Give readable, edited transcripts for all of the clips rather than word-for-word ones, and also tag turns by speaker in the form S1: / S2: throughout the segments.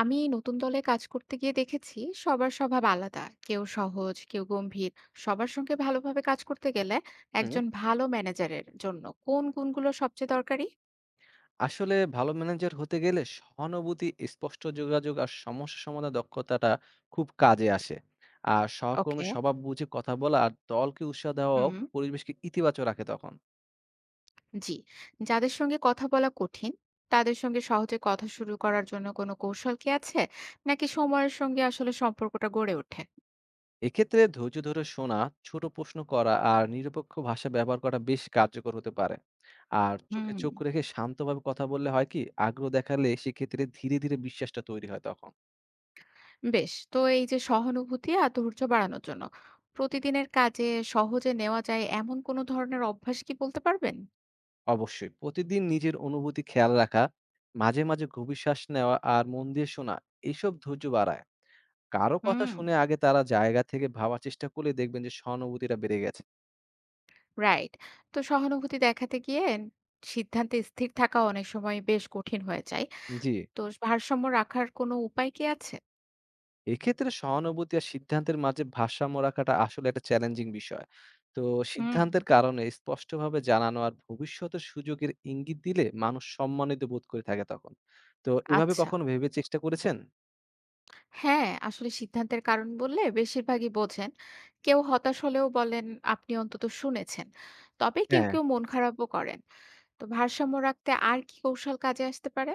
S1: আমি নতুন দলে কাজ করতে গিয়ে দেখেছি সবার স্বভাব আলাদা, কেউ সহজ কেউ গম্ভীর। সবার সঙ্গে ভালোভাবে কাজ করতে গেলে
S2: হুম,
S1: একজন ভালো ম্যানেজারের জন্য কোন গুণগুলো সবচেয়ে দরকারি?
S2: আসলে ভালো ম্যানেজার হতে গেলে সহানুভূতি, স্পষ্ট যোগাযোগ আর সমস্যা সমাধান দক্ষতাটা খুব কাজে আসে। আর
S1: ওকে।
S2: সহকর্মীর স্বভাব বুঝে কথা বলা আর দলকে উৎসাহ দেওয়াও
S1: হুম।
S2: পরিবেশকে ইতিবাচক রাখে তখন।
S1: জি। যাদের সঙ্গে কথা বলা কঠিন, তাদের সঙ্গে সহজে কথা শুরু করার জন্য কোনো কৌশল কি আছে, নাকি সময়ের সঙ্গে আসলে সম্পর্কটা গড়ে ওঠে?
S2: এক্ষেত্রে ধৈর্য ধরে শোনা, ছোট প্রশ্ন করা আর নিরপেক্ষ ভাষা ব্যবহার করা বেশ কার্যকর হতে পারে। আর চোখে
S1: হুম।
S2: চোখ রেখে শান্তভাবে কথা বললে হয় কি, আগ্রহ দেখালে সেক্ষেত্রে ধীরে ধীরে বিশ্বাসটা তৈরি হয় তখন।
S1: বেশ তো, এই যে সহানুভূতি আর ধৈর্য বাড়ানোর জন্য প্রতিদিনের কাজে সহজে নেওয়া যায় এমন কোনো ধরনের অভ্যাস কি বলতে পারবেন?
S2: অবশ্যই। প্রতিদিন নিজের অনুভূতি খেয়াল রাখা, মাঝে, মাঝে গভীর শ্বাস নেওয়া আর মন দিয়ে শোনা, এসব ধৈর্য বাড়ায়। কারো কথা
S1: হুম,
S2: শুনে আগে তারা জায়গা থেকে ভাবার চেষ্টা করলে দেখবেন যে সহানুভূতিটা বেড়ে গেছে।
S1: রাইট। তো সহানুভূতি দেখাতে গিয়ে সিদ্ধান্তে স্থির থাকা অনেক সময় বেশ কঠিন হয়ে যায়।
S2: জি,
S1: তো ভারসাম্য রাখার কোনো উপায় কি আছে?
S2: এক্ষেত্রে সহানুভূতি আর সিদ্ধান্তের মাঝে ভারসাম্য রাখাটা আসলে একটা চ্যালেঞ্জিং বিষয়। তো
S1: হুম,
S2: সিদ্ধান্তের কারণে স্পষ্টভাবে জানানো আর ভবিষ্যতের সুযোগের ইঙ্গিত দিলে মানুষ সম্মানিত বোধ করে থাকে তখন। তো এভাবে
S1: আচ্ছা।
S2: কখনো ভেবে চেষ্টা করেছেন?
S1: হ্যাঁ, আসলে সিদ্ধান্তের কারণ বললে বেশিরভাগই বোঝেন। কেউ হতাশ হলেও বলেন, আপনি অন্তত শুনেছেন। তবে কেউ,
S2: হ্যাঁ।
S1: কেউ মন খারাপও করেন। তো ভারসাম্য রাখতে আর কি কৌশল কাজে আসতে পারে?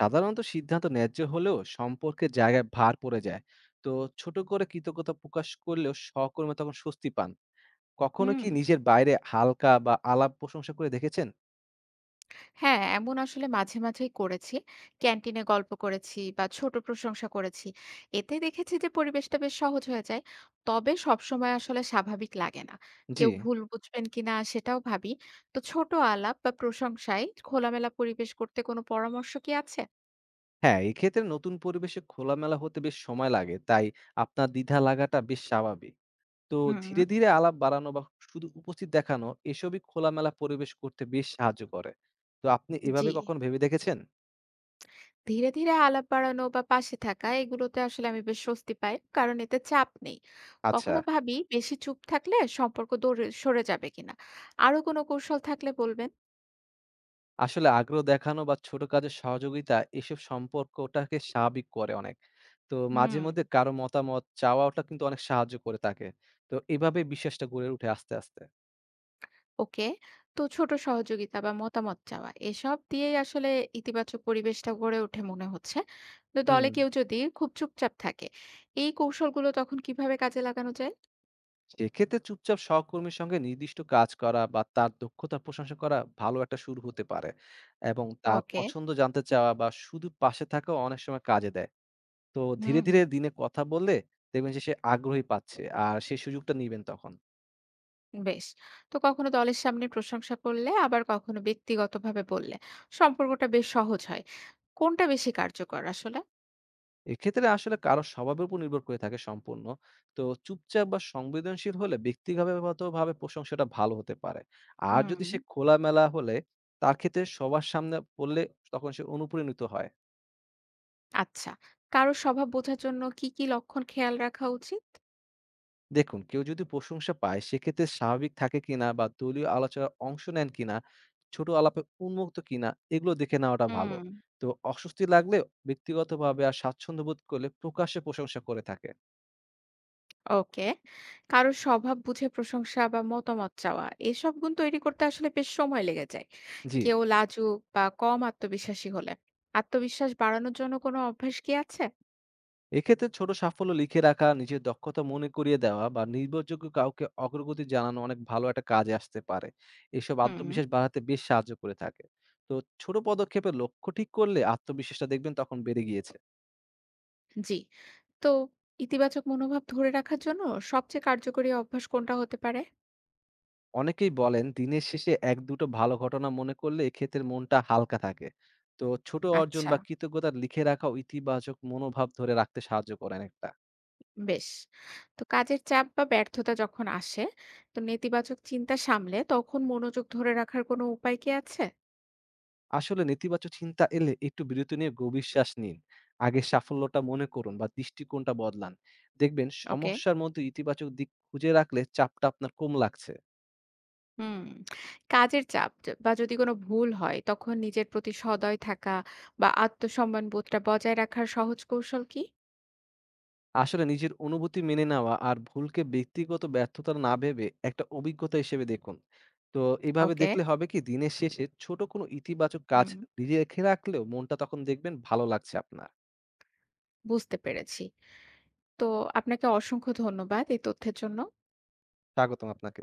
S2: সাধারণত সিদ্ধান্ত ন্যায্য হলেও সম্পর্কের জায়গায় ভার পড়ে যায়, তো ছোট করে কৃতজ্ঞতা প্রকাশ করলেও সহকর্মী তখন স্বস্তি পান। কখনো
S1: হুম।
S2: কি নিজের বাইরে হালকা বা আলাপ প্রশংসা করে দেখেছেন?
S1: হ্যাঁ, এমন আসলে মাঝে মাঝেই করেছি। ক্যান্টিনে গল্প করেছি বা ছোট প্রশংসা করেছি। এতে দেখেছি যে পরিবেশটা বেশ সহজ হয়ে যায়। তবে সবসময় আসলে স্বাভাবিক লাগে না।
S2: জি।
S1: কেউ ভুল বুঝবেন কিনা সেটাও ভাবি। তো ছোট আলাপ বা প্রশংসায় খোলামেলা পরিবেশ করতে কোনো পরামর্শ কি আছে?
S2: হ্যাঁ, এক্ষেত্রে নতুন পরিবেশে খোলামেলা হতে বেশ সময় লাগে, তাই আপনার দ্বিধা লাগাটা বেশ স্বাভাবিক। তো
S1: হুম।
S2: ধীরে ধীরে আলাপ বাড়ানো বা শুধু উপস্থিত দেখানো এসবই খোলামেলা পরিবেশ করতে বেশ সাহায্য করে। তো আপনি
S1: জি।
S2: এভাবে কখনো ভেবে দেখেছেন?
S1: ধীরে ধীরে আলাপ বাড়ানো বা পাশে থাকা এগুলোতে আসলে আমি বেশ স্বস্তি পাই, কারণ এতে চাপ নেই।
S2: আচ্ছা।
S1: কখনো ভাবি বেশি চুপ থাকলে সম্পর্ক দৌড়ে সরে যাবে কিনা? আরো কোনো কৌশল থাকলে বলবেন।
S2: আসলে আগ্রহ দেখানো বা ছোট কাজের সহযোগিতা এসব সম্পর্কটাকে স্বাভাবিক করে অনেক। তো মাঝে
S1: হুম।
S2: মধ্যে কারো মতামত চাওয়াটা কিন্তু অনেক সাহায্য করে থাকে। তো এভাবে বিশ্বাসটা গড়ে উঠে আস্তে, আস্তে।
S1: ওকে। তো ছোট সহযোগিতা বা মতামত চাওয়া এসব দিয়েই আসলে ইতিবাচক পরিবেশটা গড়ে ওঠে মনে হচ্ছে। তো দলে
S2: হুম।
S1: কেউ যদি খুব চুপচাপ থাকে, এই কৌশলগুলো তখন কিভাবে কাজে লাগানো যায়?
S2: সেক্ষেত্রে চুপচাপ সহকর্মীর সঙ্গে নির্দিষ্ট কাজ করা বা তার দক্ষতার প্রশংসা করা ভালো একটা শুরু হতে পারে। এবং তার
S1: ওকে।
S2: পছন্দ জানতে চাওয়া বা শুধু পাশে থাকাও অনেক সময় কাজে দেয়। তো ধীরে,
S1: হুম।
S2: ধীরে দিনে কথা বললে দেখবেন যে সে আগ্রহী পাচ্ছে। আর সেই সুযোগটা নিবেন তখন।
S1: বেশ। তো কখনো দলের সামনে প্রশংসা করলে আবার কখনো ব্যক্তিগতভাবে বললে সম্পর্কটা বেশ সহজ হয়। কোনটা বেশি কার্যকর আসলে?
S2: এক্ষেত্রে আসলে কারো স্বভাবের উপর নির্ভর করে থাকে সম্পূর্ণ। তো চুপচাপ বা সংবেদনশীল হলে ব্যক্তিগতভাবে প্রশংসাটা ভালো হতে পারে। আর
S1: হুম।
S2: যদি সে খোলামেলা হলে তার ক্ষেত্রে সবার সামনে বললে তখন সে অনুপ্রাণিত হয়।
S1: আচ্ছা। কারো স্বভাব বোঝার জন্য কি কি লক্ষণ খেয়াল রাখা উচিত?
S2: দেখুন কেউ যদি প্রশংসা পায় সেক্ষেত্রে স্বাভাবিক থাকে কিনা বা দলীয় আলোচনার অংশ নেন কিনা, ছোট আলাপে উন্মুক্ত কিনা, এগুলো দেখে নেওয়াটা ভালো।
S1: হুম।
S2: তো অস্বস্তি লাগলে ব্যক্তিগতভাবে আর স্বাচ্ছন্দ্য বোধ করলে প্রকাশ্যে প্রশংসা করে থাকে।
S1: ওকে। কারোর স্বভাব বুঝে প্রশংসা বা মতামত চাওয়া এসব গুণ তৈরি করতে আসলে বেশ সময় লেগে যায়।
S2: জি।
S1: কেউ লাজুক বা কম আত্মবিশ্বাসী হলে আত্মবিশ্বাস বাড়ানোর জন্য কোনো অভ্যাস কি আছে?
S2: এক্ষেত্রে ছোট সাফল্য লিখে রাখা, নিজের দক্ষতা মনে করিয়ে দেওয়া বা নির্ভরযোগ্য কাউকে অগ্রগতি জানানো অনেক ভালো একটা কাজে আসতে পারে। এসব
S1: হুম।
S2: আত্মবিশ্বাস বাড়াতে বেশ সাহায্য করে থাকে। তো ছোট পদক্ষেপের লক্ষ্য ঠিক করলে আত্মবিশ্বাসটা দেখবেন তখন বেড়ে গিয়েছে।
S1: জি। তো ইতিবাচক মনোভাব ধরে রাখার জন্য সবচেয়ে কার্যকরী অভ্যাস কোনটা হতে পারে?
S2: অনেকেই বলেন দিনের শেষে ১-২ টো ভালো ঘটনা মনে করলে এক্ষেত্রে মনটা হালকা থাকে। তো ছোট অর্জন
S1: আচ্ছা,
S2: বা কৃতজ্ঞতা লিখে রাখাও ইতিবাচক মনোভাব ধরে রাখতে সাহায্য করে অনেকটা।
S1: বেশ। তো কাজের চাপ বা ব্যর্থতা যখন আসে, তো নেতিবাচক চিন্তা সামলে তখন মনোযোগ ধরে রাখার কোনো উপায় কি আছে?
S2: আসলে নেতিবাচক চিন্তা এলে একটু বিরতি নিয়ে গভীর শ্বাস নিন। আগে সাফল্যটা মনে করুন বা দৃষ্টিকোণটা বদলান। দেখবেন
S1: ওকে।
S2: সমস্যার মধ্যে ইতিবাচক দিক খুঁজে রাখলে চাপটা আপনার কম লাগছে।
S1: হুম। কাজের চাপ য বা যদি কোনো ভুল হয় তখন নিজের প্রতি সদয় থাকা বা আত্মসম্মান বোধটা বজায় রাখার সহজ কৌশল কি?
S2: আসলে নিজের অনুভূতি মেনে নেওয়া আর ভুলকে ব্যক্তিগত ব্যর্থতা না ভেবে একটা অভিজ্ঞতা হিসেবে দেখুন। তো এভাবে
S1: ওকে।
S2: দেখলে হবে কি, দিনের শেষে ছোট কোনো ইতিবাচক কাজ
S1: হুম,
S2: রেখে রাখলেও মনটা তখন দেখবেন ভালো লাগছে আপনার।
S1: বুঝতে পেরেছি। তো আপনাকে অসংখ্য ধন্যবাদ এই তথ্যের জন্য।
S2: স্বাগতম আপনাকে।